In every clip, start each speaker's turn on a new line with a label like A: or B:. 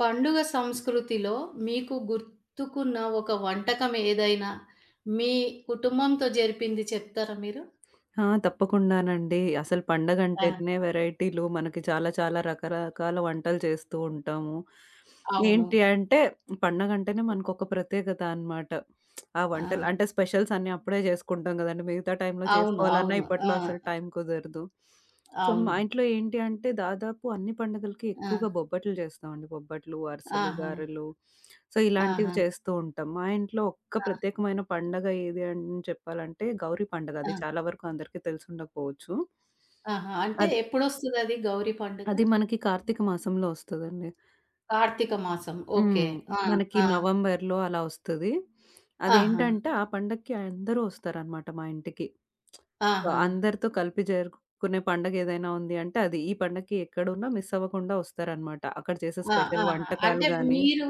A: పండుగ సంస్కృతిలో మీకు గుర్తుకున్న ఒక వంటకం ఏదైనా మీ కుటుంబంతో జరిపింది చెప్తారా మీరు?
B: ఆ! తప్పకుండానండి. అసలు పండగంటేనే
A: ఆ!
B: వెరైటీలు మనకి చాలా చాలా రకరకాల వంటలు చేస్తూ ఉంటాము.
A: అవును.
B: ఏంటి అంటే పండగంటేనే మనకొక ప్రత్యేకత అన్నమాట. ఆ
A: ఆ!
B: వంటలు అంటే స్పెషల్స్ అన్నీ అప్పుడే చేసుకుంటాం గదండీ! మిగతా టైంలో
A: అవును.
B: చేసుకోవాలన్నా
A: అవును. ఆ!
B: ఇప్పట్లో అసలు టైం కుదరదు. సో,
A: అవును.
B: మా ఇంట్లో ఏంటి అంటే దాదాపు అన్ని పండుగలకి
A: ఆ!
B: ఎక్కువగా బొబ్బట్లు చేస్తామండి. బొబ్బట్లు, అరిసెలు,
A: ఆహా!
B: గారెలు. సో, ఇలాంటివి
A: ఆహా!
B: చేస్తూ ఉంటాం. మా ఇంట్లో ఒక్క
A: ఆ!
B: ప్రత్యేకమైన పండగ ఏది అని చెప్పాలంటే గౌరీ పండగ.
A: ఆ!
B: అది చాలా వరకు అందరికీ తెలిసుండకపోవచ్చు.
A: ఆహా! అంటే
B: అది
A: ఎప్పుడొస్తదది గౌరీ పండుగ?
B: అది మనకి కార్తీక మాసంలో వస్తదండి.
A: కార్తీక మాసం. ఓకే.
B: హ్మ్.
A: ఆ!
B: మనకి
A: ఆ!
B: నవంబర్‌లో అలా వస్తది.
A: ఆహా!
B: అదేంటంటే ఆ పండక్కి అందరూ వస్తారనమాట మా ఇంటికి. సో,
A: ఆహా!
B: అందరితో కలిపి జరుపుకునే పండగ ఏదైనా ఉంది అంటే అది. ఈ పండక్కి ఎక్కడున్నా మిస్ అవ్వకుండా వస్తారనమాట. అక్కడ చేసే
A: ఆ!
B: స్పెషల్
A: ఆహా!
B: వంటకాలు
A: అంటే
B: గాని.
A: మీరు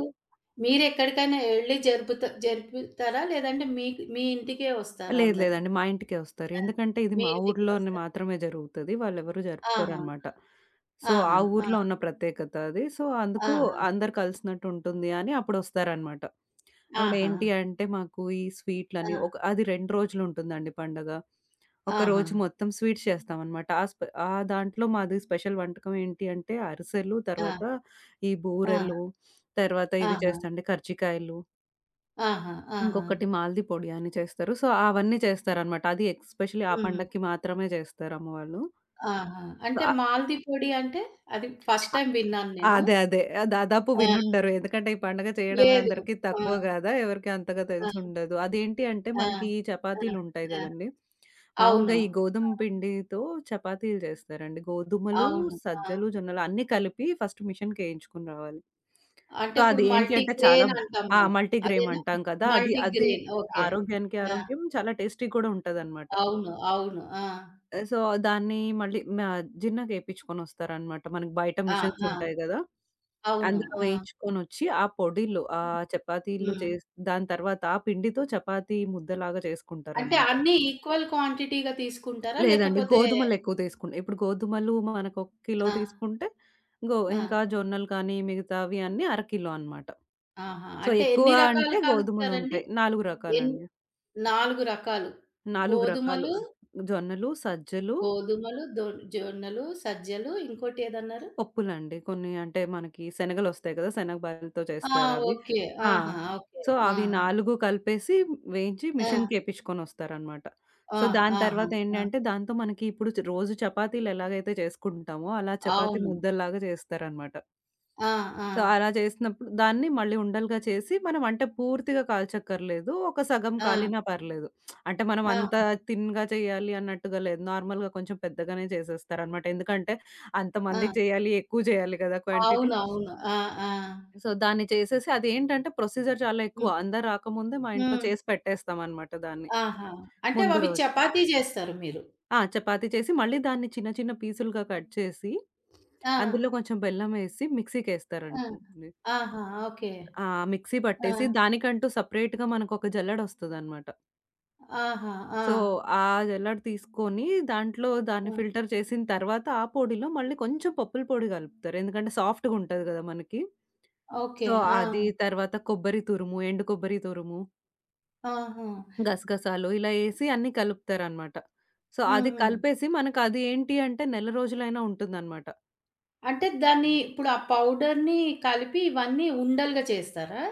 A: మీరెక్కడికైనా ఎళ్లి జరుపుతారా? లేదంటే మీకు మీ ఇంటికే వస్తారా
B: లేదు
A: అందరూ?
B: లేదండి. మా ఇంటికే వస్తారు.
A: ఆ!
B: ఎందుకంటే ఇది
A: మీ
B: మా
A: ఇంటికే
B: ఊర్లోనే
A: వస్తారు.
B: మాత్రమే జరుగుతది. వాళ్ళెవరు
A: ఆహా!
B: జరుపుకోరనమాట. సో, ఆ
A: ఆహా! ఆ!
B: ఊర్లో ఉన్న ప్రత్యేకత అది. సో, అందుకు అందరు కలిసినట్టు ఉంటుంది అని అప్పుడొస్తారనమాట.
A: ఆహా!
B: అవును.
A: ఆహా!
B: ఏంటి అంటే మాకు ఈ స్వీట్‌లని ఒక
A: ఆ!
B: అది 2 రోజులుంటుందండి పండగ.
A: ఆహా!
B: ఒకరోజు మొత్తం స్వీట్స్ చేస్తామనమాట. ఆ స్పె ఆ దాంట్లో మాది స్పెషల్ వంటకం ఏంటి అంటే అరిసెలు,
A: ఆ!
B: తర్వాత ఈ
A: ఆ!
B: బూరెలు, తర్వాత ఇది
A: ఆహా!
B: చేస్తండి కర్జికాయలు,
A: ఆహా! ఆహా!
B: ఇంకొకటి మాల్‌ది పొడి అని చేస్తారు. సో, అవన్నీ చేస్తారనమాట. అది ఎక్స్‌పెషల్లీ ఆ
A: హ్మ్.
B: పండక్కి మాత్రమే చేస్తారు అమ్మవాళ్ళు.
A: ఆహా!
B: సో,
A: అంటే
B: అ
A: మాల్‌ది పొడి అంటే అది ఫస్ట్ టైమ్ విన్నాను నేను.
B: అదే. ఆహ్, దాదాపు
A: ఆ!
B: వినుండరు. ఎందుకంటే ఈ పండగ చేయడమే
A: లేదు.
B: అందరికీ
A: ఆ!
B: తక్కువ గదా! ఎవరికీ అంతగా
A: ఆ!
B: తెలిసుండదు. అదేంటి అంటే
A: ఆ!
B: మనకి ఈ
A: ఆ!
B: చపాతీలుంటాయి
A: ఆ!
B: గదండీ! మామూలుగా
A: అవును.
B: ఈ
A: ఆ!
B: గోధుమ పిండితో చపాతీలు చేస్తారండి. గోధుమలు,
A: అవును. ఆ!
B: సజ్జలు, జొన్నలు అన్నీ కలిపి ఫస్ట్ మిషన్‌కేయించుకొని రావాలి.
A: అంటే
B: సో,
A: ఇప్పుడు
B: అది ఏంటి అంటే చాలా.
A: మల్టీగ్రెయిన్ అంటాం
B: ఆ!
A: మనం.
B: మల్టీగ్రెయిన్
A: అదేనా?
B: అంటాం కదా! అది అది
A: మల్టీగ్రెయిన్. ఓకే.
B: ఆరోగ్యానికి
A: ఆ!
B: ఆరోగ్యం చాలా టేస్టీ కూడా ఉంటదనమాట.
A: అవును. అవును. ఆ!
B: ఆహ్, సో, దాన్ని మళ్ళీ మా జిన్నగేపిచ్చుకొనొస్తారనమాట. మనకి బయట
A: ఆ!
B: మిషన్స్
A: ఆ!
B: ఉంటాయి గదా!
A: అవును.
B: అందులో
A: ఆ!
B: వేయించుకొనొచ్చి, ఆ పొడిలో ఆ చపాతీలు
A: హ్మ్.
B: చేసి దాని తర్వాత ఆ పిండితో చపాతీ ముద్దలాగా
A: అంటే
B: చేసుకుంటారనమాట.
A: అన్నీ ఈక్వల్ క్వాంటిటీగా తీసుకుంటారా?
B: లేదండి.
A: లేకపోతే
B: గోధుమలెక్కువ తీసుకుం ఇప్పుడు గోధుమలు మనకొక కిలో
A: ఆ!
B: తీసుకుంటే,
A: ఆ!
B: ఇంకా జొన్నలు కానీ, మిగతావి అన్నీ అరకిలో అనమాట.
A: ఆహా!
B: సో,
A: అంటే
B: ఎక్కువ
A: ఎన్ని రకాలు
B: అంటే
A: కలుపుతారండి?
B: గోధుమలుంటాయి. 4
A: ఎన్
B: రకాలండి.
A: 4 రకాలు.
B: 4 రకాలు.
A: గోధుమలు,
B: జొన్నలు, సజ్జలు
A: గోధుమలు, దొ జొన్నలు, సజ్జలు ఇంకోటేదన్నారు?
B: పప్పులండి. కొన్ని అంటే మనకి శనగలొస్తాయి కదా! శనగ బాయలతో
A: ఆ!
B: చేస్తారవి.
A: ఓకే.
B: ఆ!
A: ఆహా! ఓకే.
B: సో, అవి
A: ఆహా!
B: 4 కలిపేసి వేయించి
A: ఆ!
B: మిషన్‌కేపిచ్చుకొనొస్తారనమాట.
A: ఆ!
B: సో, దాని
A: ఆహా! ఆ!
B: తర్వాతేంటంటే, దాంతో మనకి ఇప్పుడు రోజు చపాతీలెలాగైతే చేసుకుంటామో, అలా చపాతీ
A: అవును.
B: ముద్దల్లాగా చేస్తారనమాట.
A: ఆ! ఆ!
B: సో, అలా చేసినప్పుడు దాన్ని మళ్ళీ ఉండలుగా చేసి, మనం అంటే పూర్తిగా కాల్చక్కర్లేదు. ఒక సగం
A: ఆ!
B: కాలినా పర్లేదు. అంటే మనం
A: ఆహా!
B: అంత తిన్‌గా చేయాలి అన్నట్టుగా లేదు. నార్మల్‌గా కొంచెం పెద్దగానే చేసేస్తారనమాట. ఎందుకంటే,
A: ఆ!
B: అంతమందికి జేయాలి, ఎక్కువ జేయాలి గదా! క్వాంటిటీ.
A: అవునవును. ఆ! ఆ!
B: సో, దాన్ని చేసేసి అదేంటంటే ప్రొసీజర్ చాలా ఎక్కువ.
A: హ్మ్.
B: అందరు రాకముందే మా ఇంట్లో
A: హ్మ్.
B: చేసి పెట్టేస్తామనమాట దాన్ని.
A: ఆహా! అంటే
B: ముందు
A: అవి
B: రోజు.
A: చపాతీ జేస్తారు మీరు.
B: ఆ! చపాతీ చేసి మళ్ళీ దాన్ని చిన్న చిన్న పీసులుగా కట్ చేసి,
A: ఆ!
B: అందులో కొంచెం బెల్లమేసి
A: ఆ!
B: మిక్సీకేస్తారండి.
A: ఆహా! ఓకే.
B: ఆ! మిక్సీ
A: ఆ!
B: పట్టేసి దానికంటూ సెపరేట్‌గా మనకొక జల్లెడొస్తదనమాట.
A: ఆహా! ఆ!
B: సో, ఆ జల్లెడ తీసుకొని దాంట్లో దాన్ని
A: ఆ!
B: ఫిల్టర్ చేసిన తర్వాత, ఆ పొడిలో మళ్ళీ కొంచెం పప్పుల పొడి కలుపుతారు. ఎందుకంటే సాఫ్ట్‌గా ఉంటది కదా మనకి.
A: ఓకే.
B: సో,
A: ఆ!
B: అది తర్వాత కొబ్బరి తురుము, ఎండు కొబ్బరి తురుము,
A: ఆహా!
B: గసగసాలు ఇలా ఏసి అన్నీ కలుపుతారనమాట. సో, అది
A: హుహు.
B: కలిపేసి మనకది ఏంటి అంటే నెల రోజులైనా ఉంటుందనమాట.
A: అంటే దాన్ని ఇప్పుడు ఆ పౌడర్‌ని కలిపి ఇవన్నీ ఉండలుగా చేస్తారా?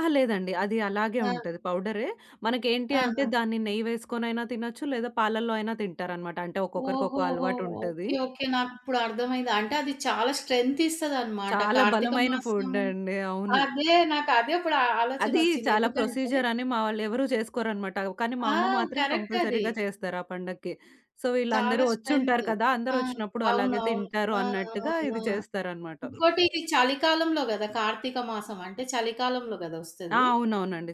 B: అహా! లేదండి. అది అలాగే
A: ఆ!
B: ఉంటది పౌడరే. మనకేంటి
A: ఆహా!
B: అంటే దాన్ని నెయ్యి వేసుకొనైనా తినొచ్చు, లేదా పాలల్లో అయినా తింటారనమాట. అంటే ఒక్కొక్కరికి ఒక్కో
A: ఓహోహో!
B: అలవాటుంటది.
A: ఓకే. ఓకే. నాకిప్పుడు అర్థమైంది. అంటే అది చాలా స్ట్రెంత్ ఇస్తదనమాట.
B: చాలా
A: కార్తీక
B: బలమైన
A: మాసం
B: ఫుడ్ అండి. అవును.
A: అదే నాకు అదే ఇప్పుడు ఆ
B: అది
A: ఆలోచనొచ్చింది.
B: చాలా
A: ఎందుకంటే
B: ప్రొసీజర్ అని మా వాళ్ళెవరూ చేసుకోరనమాట. కానీ మా
A: ఆ!
B: అమ్మ మాత్రం
A: కరెక్ట్ అది.
B: కంపల్సరీగా చేస్తారు ఆ పండక్కి. సో,
A: చాలా
B: వీళ్ళందరూ
A: స్ట్రెంత్.
B: వచ్చుంటారు కదా!
A: ఆ!
B: అందరొచ్చినప్పుడు అలాగే
A: అవునవును.
B: తింటారు
A: ఆ! ఆ!
B: అన్నట్టుగా
A: ఆ!
B: ఇది చేస్తారనమాట.
A: ఇంకోటి ఇది చలికాలంలో గదా! కార్తీక మాసం అంటే చలికాలంలో గదా!
B: ఆ!
A: ఒస్తది.
B: అవునవునండి.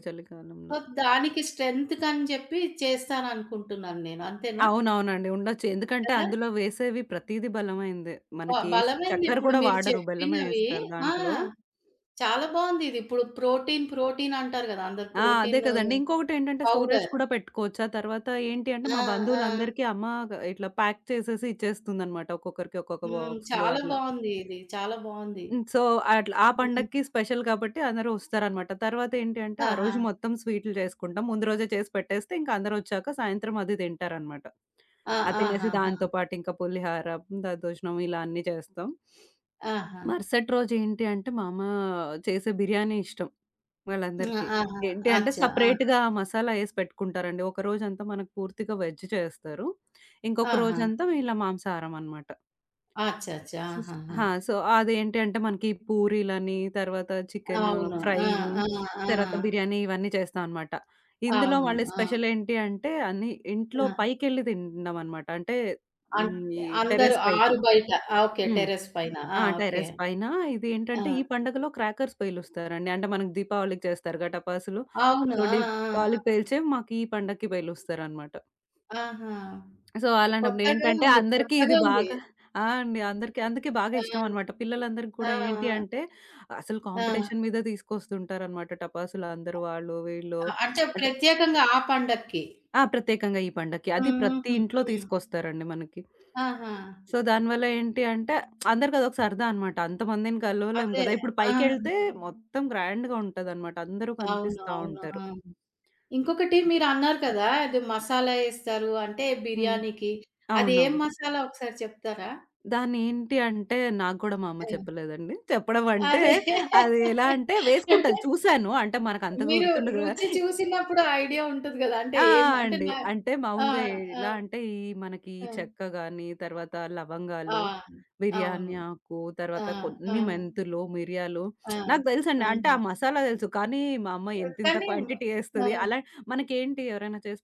A: సో,
B: చలికాలంలో.
A: దానికి స్ట్రెంత్ కని జెప్పి చేస్తాననుకుంటున్నాను నేను. అంతేనా?
B: అవునవునండి. ఉండొచ్చు. ఎందుకంటే
A: కదా!
B: అందులో వేసేవి ప్రతీది బలమైందే. మనకి
A: బలమైంది
B: చక్కెర
A: ఇప్పుడు
B: కూడా
A: మీరు
B: వాడరు. బెల్లమే
A: చెప్పినవి.
B: ఏస్తారు
A: ఆ!
B: దాంట్లో.
A: చాలా బావుందిది. ఇప్పుడు ప్రోటీన్, ప్రోటీన్ అంటారు గదా! అందరు
B: ఆ! అదే
A: ప్రోటీన్
B: కదండీ. ఇంకొకటేంటంటే స్టోరేజ్
A: పౌడర్.
B: కూడా పెట్టుకోవచ్చు. ఆ తర్వాత ఏంటి అంటే
A: ఆ!
B: మా
A: ఆ!
B: బంధువులందరికీ అమ్మ ఇట్లా ప్యాక్ చేసేసి ఇచ్చేస్తుందనమాట. ఒక్కొక్కరికి ఒక్కొక్క
A: హ్మ్.
B: బాక్స్‌లో
A: చాలా
B: అట్లా.
A: బావుంది ఇది. చాలా బావుంది.
B: హ్మ్. సో, అట్లా ఆ
A: హ్మ్.
B: పండక్కి స్పెషల్ కాబట్టి అందరూ వస్తారనమాట. తర్వాతేంటి అంటే, ఆ
A: ఆహా!
B: రోజు మొత్తం స్వీట్లు చేసుకుంటాం. ముందు రోజే చేసి పెట్టేస్తే, ఇంక అందరొచ్చాక సాయంత్రం అది తింటారనమాట.
A: ఆ!
B: అది తినేసి
A: ఆహాహా!
B: దాంతో పాటు ఇంకా పులిహార, దద్దోజనం ఇలా అన్నీ చేస్తాం.
A: ఆహా!
B: మరుసటి రోజు ఏంటి అంటే, మా అమ్మ చేసే బిర్యానీ ఇష్టం
A: హ్మ్.
B: వాళ్ళందరికీ.
A: ఆహా!
B: ఏంటి అంటే,
A: అచ్చా! ఆ!
B: సెపరేట్‌గా మసాలా ఏసి పెట్టుకుంటారండి. ఒక రోజంతా మనకు పూర్తిగా వెజ్ చేస్తారు. ఇంకొక
A: ఆహా!
B: రోజంతా ఇలా మాంసాహారం అనమాట.
A: అచ్చా! అచ్చా!
B: సో స్
A: ఆహాహా!
B: ఆ! సో, అదేంటి అంటే మనకి పూరీలని, తర్వాత చికెను
A: అవును. ఆ!
B: ఫ్రైలు,
A: ఆ! ఆ!
B: తర్వాత బిర్యానీ ఇవన్నీ చేస్తామనమాట. ఇందులో
A: అవును.
B: మళ్ళీ
A: ఆ!
B: స్పెషల్ ఏంటి అంటే అన్నీ ఇంట్లో
A: ఆ!
B: పైకెళ్ళి తింటామనమాట. అంటే
A: అన్
B: హ్మ్. ఈ
A: అందరూ
B: టెర్రస్ పైకి.
A: ఆరు బయట. ఆ! ఓకే.
B: హ్మ్.
A: టెర్రస్ పైన.
B: ఆ!
A: ఆ! ఓకే.
B: టెర్రస్ పైన
A: ఆ!
B: ఇదేంటంటే ఈ పండగలో క్రాకర్స్ పేలుస్తారండి. అంటే మనకు దీపావళికి చేస్తారు ఘటపాసులు.
A: అవును.
B: సో,
A: ఆ! ఆ!
B: దీపావళికి
A: ఆ!
B: పేల్చేవి మాకు ఈ పండక్కి పేలుస్తారనమాట.
A: ఆహా!
B: సో, అలాంటప్పుడు
A: కొత్తగా
B: ఏంటంటే
A: ఉంది.
B: అందరికీ ఇది
A: కొత్తగా ఉంది.
B: బాగా. ఆ! అండి. అందరికీ అందుకే బాగా
A: ఆ!
B: ఇష్టమనమాట. పిల్లలందరికి
A: ఆ!
B: కూడా ఏంటి అంటే, అసలు
A: ఆ!
B: కాంపిటీషన్ మీద తీసుకొస్తుంటారనమాట టపాసులందరూ వాళ్ళు, వీళ్ళు
A: ఆ! అంటే
B: అంటే.
A: ప్రత్యేకంగా ఆ పండక్కి.
B: ఆ! ప్రత్యేకంగా ఈ పండక్కి. అది ప్రతి
A: హుహు.
B: ఇంట్లో
A: హ్మ్.
B: తీసుకొస్తారండి మనకి.
A: ఆహా!
B: సో, దానివల్ల ఏంటి అంటే, అందరికి అదొక సరదా అనమాట. అంతమందిని కలవలేము
A: అదే.
B: కదా! ఇప్పుడు
A: ఆ!
B: పైకెళ్తే మొత్తం గ్రాండ్‌గా ఉంటదనమాట. అందరూ
A: అవును.
B: కనిపిస్తా
A: అవును.
B: ఉంటారు.
A: ఆ! ఇంకొకటి మీరన్నారు కదా! అది మసాలా ఏస్తారు అంటే
B: హ్మ్.
A: బిర్యానీకి. అది ఏం
B: అవునవును.
A: మసాలా ఒకసారి చెప్తారా?
B: దాన్నేంటి అంటే, నాకు గూడా మా అమ్మ
A: ఆ!
B: చెప్పలేదండి. చెప్పడం అంటే,
A: అరే!
B: అది ఎలా అంటే
A: అంటే
B: వేసుకుంటా చూసాను. అంటే మనకంతగా
A: మీరు
B: గుర్తుండదు గదా!
A: రుచి చూసినప్పుడు ఐడియా ఉంటది గదా! అంటే
B: ఆ!
A: ఏం
B: ఆ!
A: అంటే
B: అండి.
A: నా
B: అంటే
A: ఆ!
B: మామూలుగా
A: ఆ!
B: ఎలా అంటే, ఈ మనకి
A: ఆ!
B: చెక్క గాని, తర్వాత
A: ఆ!
B: లవంగాలు,
A: అవును.
B: బిర్యానీ ఆకు,
A: ఆ!
B: తర్వాత
A: ఆ!
B: కొన్ని మెంతులు, మిరియాలు.
A: ఆ!
B: నాకు తెలుసండి. అంటే
A: ఆహా!
B: ఆ మసాలా తెలుసు. కానీ మా అమ్మ ఇంతింత
A: కానీ
B: క్వాంటిటీ
A: ఆ!
B: ఏస్తది. అలా మనకేంటి ఎవరైనా చేసి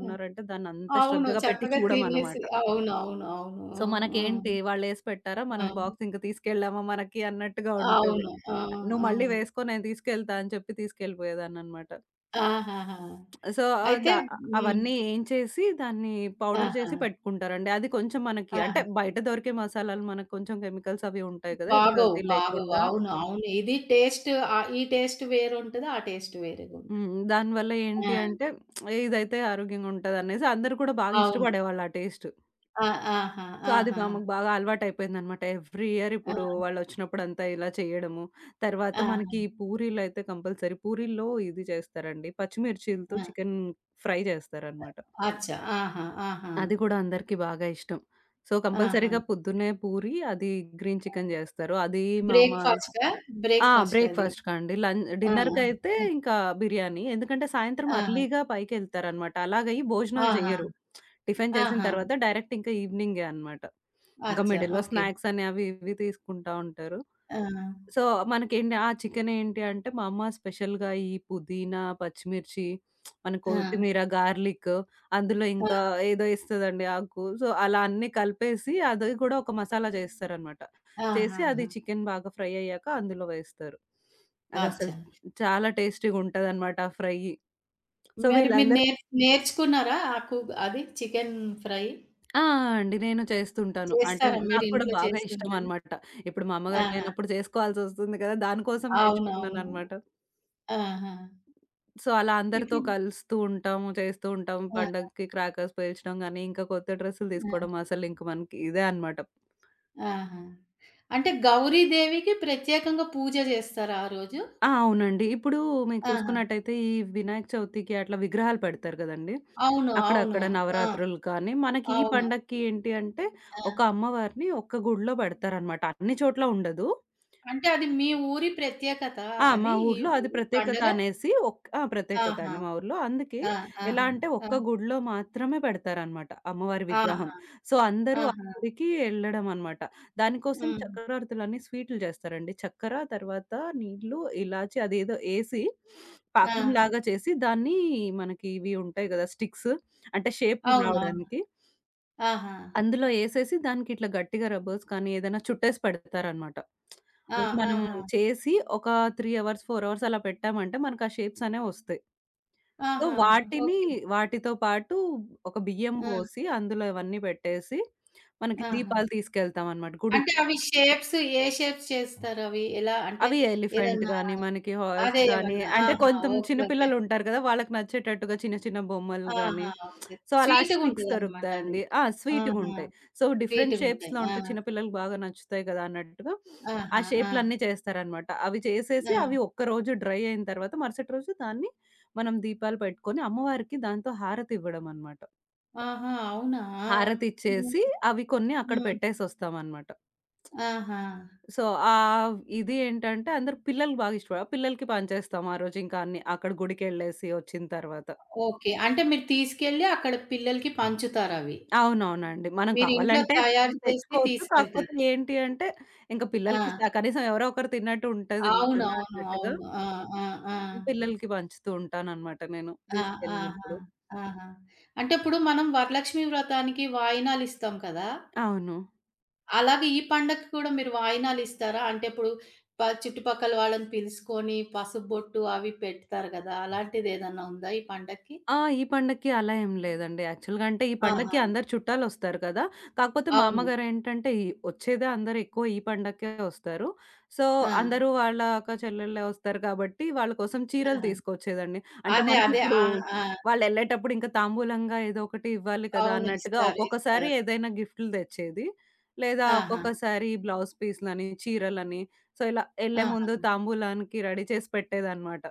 A: ఆ!
B: దాన్నంత
A: అవును.
B: శ్రద్ధగా పెట్టి
A: చక్కగా తినేసి
B: చూడమనమాట.
A: అవునవును. అవును. అవును.
B: సో,
A: హ్మ్. హ్మ్.
B: మనకేంటి వాళ్ళేసి పెట్టారా?
A: ఆ!
B: మనం బాక్స్ ఇంక తీసుకెళ్ళామా మనకి అన్నట్టుగా ఉంటది.
A: అవును. ఆ!
B: నువ్వు
A: ఆ!
B: మళ్ళీ వేసుకో నేను తీసుకెళ్తా అని చెప్పి తీసుకెళ్ళిపోయేదాన్ననమాట.
A: ఆహాహా!
B: సో, ఆహ్,
A: అయితే
B: ద
A: హ్మ్.
B: అవన్నీ ఏంచేసి దాన్ని పౌడర్
A: ఆహా!
B: చేసి పెట్టుకుంటారండి. అది కొంచెం మనకి అంటే
A: ఆహా!
B: బయట దొరికే మసాలాలు మనకు కొంచెం కెమికల్స్ అవి ఉంటాయి కదా! ఇది
A: బాగోవు.
B: కల్తీ
A: బాగోవు.
B: లేకుండా.
A: అవును. అవును. ఇది టేస్ట్ ఆహ్, ఈ టేస్ట్ వేరుంటది. ఆ టేస్ట్ వేరేగుంటది.
B: హ్మ్. దానివల్ల
A: ఆ!
B: ఏంటి అంటే ఇదైతే ఆరోగ్యంగా ఉంటదనేసి అందరూ కూడా బాగా
A: అవును.
B: ఇష్టపడేవాళ్ళు ఆ టేస్ట్.
A: ఆ! ఆహా!
B: సో, అది
A: ఆహా!
B: బా మాకు బాగా అలవాటయిపోయిందనమాట. ఎవ్రీ ఇయర్
A: ఆ!
B: ఇప్పుడు వాళ్ళొచ్చినప్పుడంతా ఇలా చేయడము. తర్వాత
A: ఆహా!
B: మనకి పూరీలైతే కంపల్సరీ. పూరీల్లో ఇది చేస్తారండి. పచ్చిమిర్చీలతో
A: ఆ!
B: చికెన్ ఫ్రై చేస్తారనమాట.
A: అచ్చా! ఆహా! ఆహా!
B: అది కూడా అందరికీ బాగా ఇష్టం. సో,
A: ఆహా!
B: కంపల్సరీగా పొద్దున్నే పూరి, అది గ్రీన్ చికెన్ జేస్తారు. అది మా అమ్మ
A: బ్రేక్‌ఫాస్టా?
B: ఆ!
A: బ్రేక్‌ఫాస్ట్ అది.
B: బ్రేక్‌ఫాస్ట్‌కండి.
A: ఆ! ఆ!
B: డిన్నర్‌కైతే
A: యాహ్!
B: ఇంకా బిర్యానీ. ఎందుకంటే సాయంత్రం
A: ఆహా!
B: అర్లీగా పైకెళ్తారనమాట. అలాగయి భోజనాలు
A: ఆహా!
B: జెయ్యరు. టిఫిన్ చేసిన
A: ఆహా!
B: తర్వాత డైరెక్ట్ ఇంకా ఈవినింగే అనమాట. ఇంకా
A: అచ్చా!
B: మిడిల్‌లో
A: ఓకే.
B: స్నాక్స్ అని అవి ఇవి తీసుకుంటా ఉంటారు.
A: ఆ!
B: సో, మనకేంటి ఆ చికెనేంటి అంటే, మా అమ్మ స్పెషల్‌గా ఈ పుదీనా, పచ్చిమిర్చి, మన
A: ఆ!
B: కొత్తిమీర, గార్లిక్ అందులో ఇంకా
A: ఆ!
B: ఏదో ఏస్తదండి ఆకు. సో, అలా అన్నీ కలిపేసి అది కూడా ఒక మసాలా చేస్తారనమాట. చేసి అది
A: ఆహాహా!
B: చికెన్ బాగా ఫ్రై అయ్యాక అందులో వేస్తారు. అదసలు
A: అచ్చా!
B: చాలా టేస్టీగుంటదనమాట ఆ ఫ్రయ్యి. సో,
A: మరి మీరు
B: వీళ్ళందరూ.
A: నేర్చుకున్నారా? ఆ కూగ్ అది చికెన్ ఫ్రై?
B: ఆ! అండి. నేను చేస్తుంటాను. అంటే
A: చేస్తారా మీరు
B: నాకు కూడా
A: ఇంట్లో
B: బాగా
A: చేసుకుంటారా?
B: ఇష్టమనమాట. ఇప్పుడు మా అమ్మగారు
A: ఆహా!
B: లేనప్పుడు చేసుకోవాల్సొస్తుంది కదా! దానికోసం
A: అవునవును.
B: నేర్చుకున్నాననమాట.
A: ఆహా!
B: సో, అలా అందరితో
A: ఇప్పుడు
B: కలుస్తూ ఉంటాము, చేస్తూ ఉంటాం.
A: ఆ!
B: పండగకి క్రాకర్స్ పేల్చడం గాని, ఇంకా కొత్త డ్రెస్సులు
A: ఆ!
B: తీసుకోవడం అసలింక మనకి ఇదే అనమాట.
A: ఆహా! అంటే గౌరీ దేవికి ప్రత్యేకంగా పూజ జేస్తారా ఆ రోజు?
B: ఆ! అవునండి. ఇప్పుడు మీకు
A: ఆహా!
B: చూసుకున్నట్టయితే ఈ వినాయక చవితికి అట్లా విగ్రహాలు పెడతారు కదండీ!
A: అవును. అవును.
B: అక్కడక్కడ
A: ఆ!
B: నవరాత్రులు కానీ, మనకి ఈ
A: అవును.
B: పండక్కి ఏంటి అంటే,
A: ఆ!
B: ఒక అమ్మవారిని ఒక్క గుడిలో పెడతారనమాట. అన్ని చోట్ల ఉండదు.
A: అంటే అది మీ ఊరి ప్రత్యేకత
B: ఆ! మా
A: అది ఈ
B: ఊర్లో అది
A: ఈ
B: ప్రత్యేకత
A: పండగ?
B: అనేసి ఒక్ ఆ! ప్రత్యేకత
A: ఆహా!
B: అండి మా ఊర్లో. అందుకే
A: ఆ!
B: ఎలా
A: ఆహా!
B: అంటే
A: ఆ!
B: ఒక్క గుడిలో మాత్రమే పెడతారనమాట అమ్మవారి విగ్రహం.
A: ఆహా!
B: సో, అందరూ ఆ
A: ఆహా!
B: గుడికి ఎళ్ళడం అనమాట. దానికోసం
A: హ్మ్.
B: చక్రార్తులన్ని స్వీట్లు చేస్తారండి. చక్కెర, తర్వాత నీళ్ళు, ఇలాచి అదేదో ఏసి
A: ఆ!
B: పాకంలాగా చేసి దాన్ని మనకి ఇవి ఉంటాయి గదా! స్టిక్స్, అంటే షేప్
A: అవునవును.
B: రావడానికి
A: ఆహా!
B: అందులో ఏసేసి దానికిట్లా గట్టిగా రబ్బర్స్ కానీ ఏదైనా చుట్టేసి పెడతారనమాట.
A: ఆ!
B: అవి మనం
A: ఆహా!
B: చేసి ఒక 3 అవర్స్, 4 అవర్స్ అలా పెట్టామంటే మనకు ఆ షేప్స్ అనేవి వస్తాయి. సో,
A: ఆహా!
B: వాటిని
A: ఓకే.
B: వాటితో పాటు ఒక బియ్యం
A: ఆ!
B: పోసి అందులో ఇవన్నీ పెట్టేసి మనకి
A: ఆహా!
B: దీపాలు తీసుకెళ్తామనమాట
A: అంటే
B: గుడికి.
A: అవి షేప్స్ ఏ షేప్స్ చేస్తారవి? ఎలా అంటే
B: అవి ఎలిఫెంట్
A: ఏదన్నా
B: గాని, మనకి హార్స్
A: అదే
B: గాని,
A: ఏమన్నా
B: అంటే
A: ఆహా!
B: కొంతం
A: ఓకే.
B: చిన్న
A: ఓకే.
B: పిల్లలుంటారు కదా! వాళ్ళకి నచ్చేటట్టుగా చిన్న చిన్న బొమ్మలు గాని,
A: ఆహా! ఓకే.
B: సో, అలా స్టిక్స్
A: స్వీటుగుంటదనమాట అది.
B: దొరుకుతాయండి. ఆ!
A: ఆహా!
B: స్వీట్‌గుంటాయి. So, different
A: స్వీటుగుంటాయి.
B: షేప్స్‌లో
A: ఆ!
B: ఉంటాయి. చిన్న పిల్లలకి బాగా నచ్చుతాయి కదా! అన్నట్టుగా ఆ
A: ఆహా! ఆ!
B: షేపులన్నీ చేస్తారనమాట. అవి చేసేసి
A: ఆ!
B: అవి ఒక్కరోజు డ్రై అయిన తర్వాత మరుసటి రోజు దాన్ని మనం దీపాలు పెట్టుకొని అమ్మవారికి దాంతో హారతివ్వడం అనమాట.
A: ఆహా! అవునా! హ్మ్.
B: హారతిచ్చేసి అవి కొన్ని అక్కడ
A: హ్మ్.
B: పెట్టేసొస్తామనమాట.
A: ఆహా!
B: సో, ఆ ఇది ఏంటంటే అందరూ పిల్లలు బాగా ఇష్టపడారు. పిల్లలకి పంచేస్తాం ఆ రోజు ఇంకా అన్ని. అక్కడ గుడికెళ్ళేసి వచ్చిన తర్వాత.
A: ఓకే. అంటే మీరు తీసుకెళ్ళి అక్కడ పిల్లలకి పంచుతారవి.
B: అవునవునండి. మనం
A: మీరింట్లో
B: కావాలంటే
A: తయారు చేసి
B: తెచ్చుకోవచ్చు. కాకపోతే
A: తీసుకెళ్తారు.
B: ఏంటి అంటే, ఇంక
A: ఆ!
B: పిల్లలకి స కనీసం ఎవరో ఒకరు తిన్నట్టు ఉంటది కదా!
A: అవునవును.
B: అన్నట్టుగా
A: అవును. ఆ! ఆ! ఆ!
B: పిల్లలకి పంచుతూ ఉంటాననమాట నేను
A: ఆ! ఆహా!
B: తీసుకెళ్ళినప్పుడు.
A: ఆహా! అంటే ఇప్పుడు మనం వరలక్ష్మి వ్రతానికి వాయినాలిస్తాం కదా!
B: అవును.
A: అలాగే ఈ పండగకి కూడా మీరు వాయినాలిస్తారా? అంటే ఇప్పుడు చుట్టుపక్కల వాళ్ళని పిలుసుకొని పసుపు బొట్టు అవి పెడతారు కదా! అలాంటిదేదన్నా ఉందా ఈ పండక్కి?
B: ఆ! ఈ పండక్కి అలా ఏం లేదండి. యాక్చువల్‌గా అంటే ఈ
A: ఆహా!
B: పండక్కి అందరు చుట్టాలొస్తారు కదా! కాకపోతే మా
A: అవును.
B: అమ్మగారేంటంటే ఈ వచ్చేదే అందరూ ఎక్కువ ఈ పండక్కే వస్తారు. సో,
A: ఆ!
B: అందరూ వాళ్ళ అక్క చెల్లెళ్ళే వస్తారు కాబట్టి వాళ్ళ కోసం చీరలు
A: ఆహా!
B: తీసుకొచ్చేదండి. అంటే
A: అదే. ఆ!
B: మనకిప్పుడు
A: ఆ!
B: వాళ్ళెళ్ళేటప్పుడు ఇంకా తాంబూలంగా ఏదో ఒకటి ఇవ్వాలి కదా!
A: అవును.
B: అన్నట్టుగా
A: ఇస్తారు.
B: ఒక్కొక్కసారి
A: ఇస్తారు.
B: ఏదైనా గిఫ్టులు తెచ్చేది. లేదా
A: ఆహా!
B: ఒక్కొక్కసారి బ్లౌజ్ పీస్‌లని, చీరలని, సో, ఇలా ఎళ్ళే ముందు
A: ఆహా!
B: తాంబూలానికి రెడీ చేసి పెట్టేదనమాట.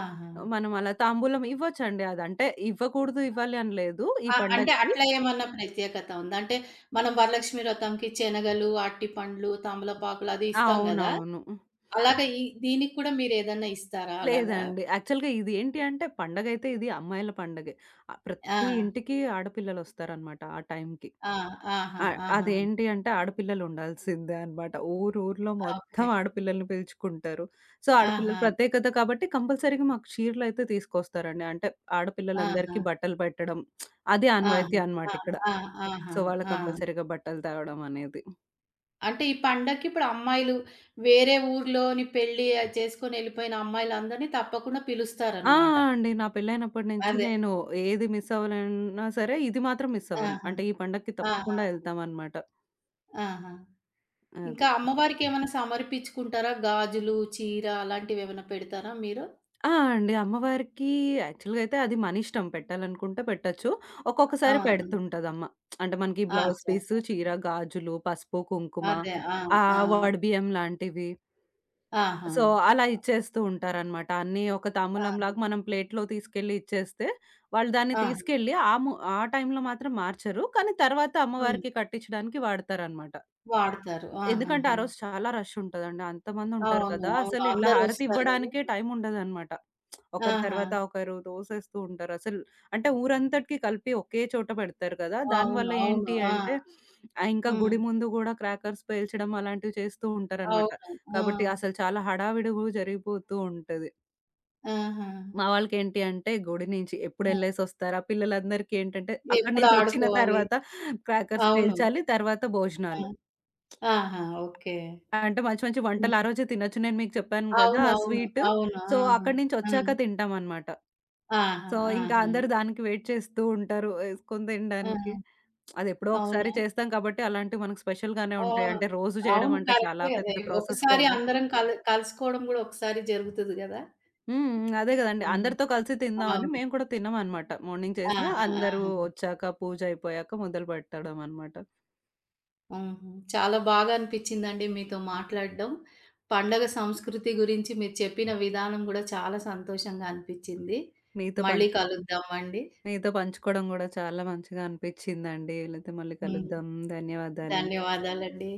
A: ఆహా!
B: మనం అలా తాంబూలం ఇవ్వొచ్చండి. అదంటే ఇవ్వకూడదు, ఇవ్వాలి అని లేదు ఈ
A: ఆ! అంటే
B: పండగకి.
A: అట్లా ఏమన్నా ప్రత్యేకత ఉందా? అంటే మనం వరలక్ష్మి వ్రతంకి శనగలు, అరటిపండ్లు, తమలపాకులు అది ఇస్తాం గదా!
B: అవునవును.
A: అలాగా ఈ దీనికి కూడా మీరేదన్నా ఇస్తారా అలాగా?
B: లేదండి. యాక్చువల్‌గా ఇది ఏంటి అంటే పండగైతే ఇది అమ్మాయిల పండగే. ఆహ్, ప్రతి
A: ఆ!
B: ఇంటికి ఆడపిల్లలొస్తారనమాట ఆ టైంకి.
A: ఆ! ఆహా!
B: ఆహ్,
A: ఆహా!
B: అదేంటి అంటే ఆడపిల్లలు ఉండాల్సిందే అనమాట. ఊరూర్లో
A: ఓకే.
B: మొత్తం ఆడపిల్లల్ని పిలుచుకుంటారు. సో, ఆడపిల్లల
A: ఆహా!
B: ప్రత్యేకత కాబట్టి కంపల్సరీగా మాకు చీరలైతే తీసుకొస్తారండి. అంటే
A: ఆహా!
B: ఆడపిల్లలందరికీ బట్టలు పెట్టడం. అదే ఆనవాయితీ అనమాట
A: ఆహా!
B: ఇక్కడ.
A: ఆ! ఆ! ఆహా!
B: సో, వాళ్ళు
A: ఆ!
B: కంపల్సరీగా బట్టలు తేవడం అనేది.
A: అంటే ఈ పండక్కి ఇప్పుడు అమ్మాయిలు వేరే ఊర్లోని పెళ్లి ఆహ్, చేసుకొని ఎళ్ళిపోయిన అమ్మాయిలందరిని తప్పకుండా
B: ఆ!
A: పిలుస్తారనమాట.
B: ఆ! అండి. నా పెళ్లయినప్పటి నుంచి
A: అదే.
B: నేను ఏది మిస్ అవ్వలన్నా సరే, ఇది మాత్రం మిస్ అవ్వను.
A: ఆహా!
B: అంటే ఈ పండక్కి
A: ఆహా!
B: తప్పకుండా ఎళ్తామనమాట.
A: ఆహా! ఇంకా
B: అది.
A: అమ్మవారికేమైనా సమర్పించుకుంటారా? గాజులు, చీర అలాంటివేమైనా పెడతారా మీరు?
B: ఆ! అండి. అమ్మవారికి యాక్చువల్‌గా అయితే అది మనిష్టం. పెట్టాలనుకుంటే పెట్టొచ్చు.
A: ఆ!
B: ఒక్కొక్కసారి పెడుతుంటదమ్మ. అంటే మనకి
A: ఆ!
B: బ్లౌజ్
A: అచ్చా!
B: పీస్,
A: అచ్చా!
B: చీర, గాజులు, పసుపు, కుంకుమ,
A: అదే. ఆ! ఆ!
B: ఆహ్, వడబియ్యం లాంటివి.
A: ఆహా!
B: సో, అలా ఇచ్చేస్తూ ఉంటారనమాట. అన్నీ ఒక
A: ఆ!
B: తాంబూలంలాగా మనం ప్లేట్‌లో తీసుకెళ్ళి ఇచ్చేస్తే, వాళ్ళు దాన్ని
A: ఆ!
B: తీసుకెళ్ళి ఆ టైంలో మాత్రం మార్చరు. కానీ తర్వాత
A: హ్మ్.
B: అమ్మవారికి కట్టించడానికి వాడతారనమాట.
A: వాడతారు.
B: ఎందుకంటే
A: ఆహాహా!
B: ఆ రోజు చాలా రష్ ఉంటదండి. అంతమందుంటారు
A: అవును.
B: కదా!
A: అవును.
B: అసలు ఇట్లా
A: అందరూ
B: హారతి
A: వస్తారు గదా!
B: ఇవ్వడానికే టైం ఉండదనమాట. ఒకరి
A: ఆహా!
B: తర్వాత ఒకరు తోసేస్తూ ఉంటారు. అసలు అంటే ఊరంతటికి కలిపి ఒకే చోట పెడతారు కదా!
A: అవును.
B: దానివల్ల
A: అవును.
B: ఏంటి
A: ఆ!
B: అంటే ఆహ్, ఇంకా
A: హ్మ్.
B: గుడి ముందు గూడా క్రాకర్స్ పేల్చడం అలాంటివి చేస్తూ ఉంటారనమాట.
A: అవును. ఆ!
B: కాబట్టి అసలు చాలా హడావిడిగా జరిగిపోతూ ఉంటది.
A: ఆహా!
B: మా వాళ్ళకేంటి అంటే గుడి నుంచి
A: ఆ!
B: ఎప్పుడెళ్ళేసొస్తారా? పిల్లలందరికీ ఏంటంటే అక్కడి
A: ఎప్పుడు
B: నుంచి వచ్చిన
A: ఆడుకోవాలి.
B: తర్వాత క్రాకర్స్
A: అవును.
B: పేల్చాలి. తర్వాత
A: ఆ!
B: భోజనాలు.
A: ఆహా! ఓకే.
B: అంటే మంచి మంచి వంటలు ఆ
A: హ్మ్.
B: రోజే తినొచ్చు. నేను మీకు చెప్పాను కదా! ఆ
A: అవునవును.
B: స్వీటు.
A: అవును. ఆ!
B: సో, అక్కడి నుంచొచ్చాక తింటామనమాట.
A: ఆ!
B: సో,
A: ఆహా!
B: ఇంకా
A: ఆహా!
B: అందరూ దానికి వెయిట్ చేస్తూ ఉంటారు ఏసుకొని తినడానికి.
A: ఆహా!
B: అదెప్పుడో ఒకసారి
A: అవునా?
B: చేస్తాం కాబట్టి అలాంటివి మనకు స్పెషల్‌గానే ఉంటాయి.
A: ఓహ్!
B: అంటే రోజు చేయడం
A: అవును.
B: అంటే చాలా
A: కరెక్టే గదా!
B: పెద్ద ప్రాసెస్
A: ఒకసారి
B: కదా!
A: అందరం కలుసుకోవడం గూడా ఒకసారి జరుగుతది గదా!
B: హ్మ్. హ్మ్. అదే గదండీ!
A: హ్మ్.
B: అందరితో కలిసి తిందామని
A: అవును.
B: మేము కూడా తినమనమాట. మార్నింగ్
A: ఆహా!
B: చేసినా
A: ఆహా!
B: అందరూ ఒచ్చాక పూజ అయిపోయాక మొదలు పెట్టడం అనమాట.
A: హుహు. చాలా బాగా అనిపిచ్చిందండి మీతో మాట్లాడడం. పండగ సంస్కృతి గురించి మీరు చెప్పిన విధానం గూడా చాలా సంతోషంగా అనిపిచ్చింది.
B: మీతో
A: మళ్ళీ
B: పంచు
A: కలుద్దామండి.
B: మీతో పంచుకోవడం గూడా చాలా మంచిగా అనిపిచ్చిందండి. వీలైతే మళ్ళీ
A: హ్మ్.
B: కలుద్దాం. ధన్యవాదాలు.
A: ధన్యవాదాలండి.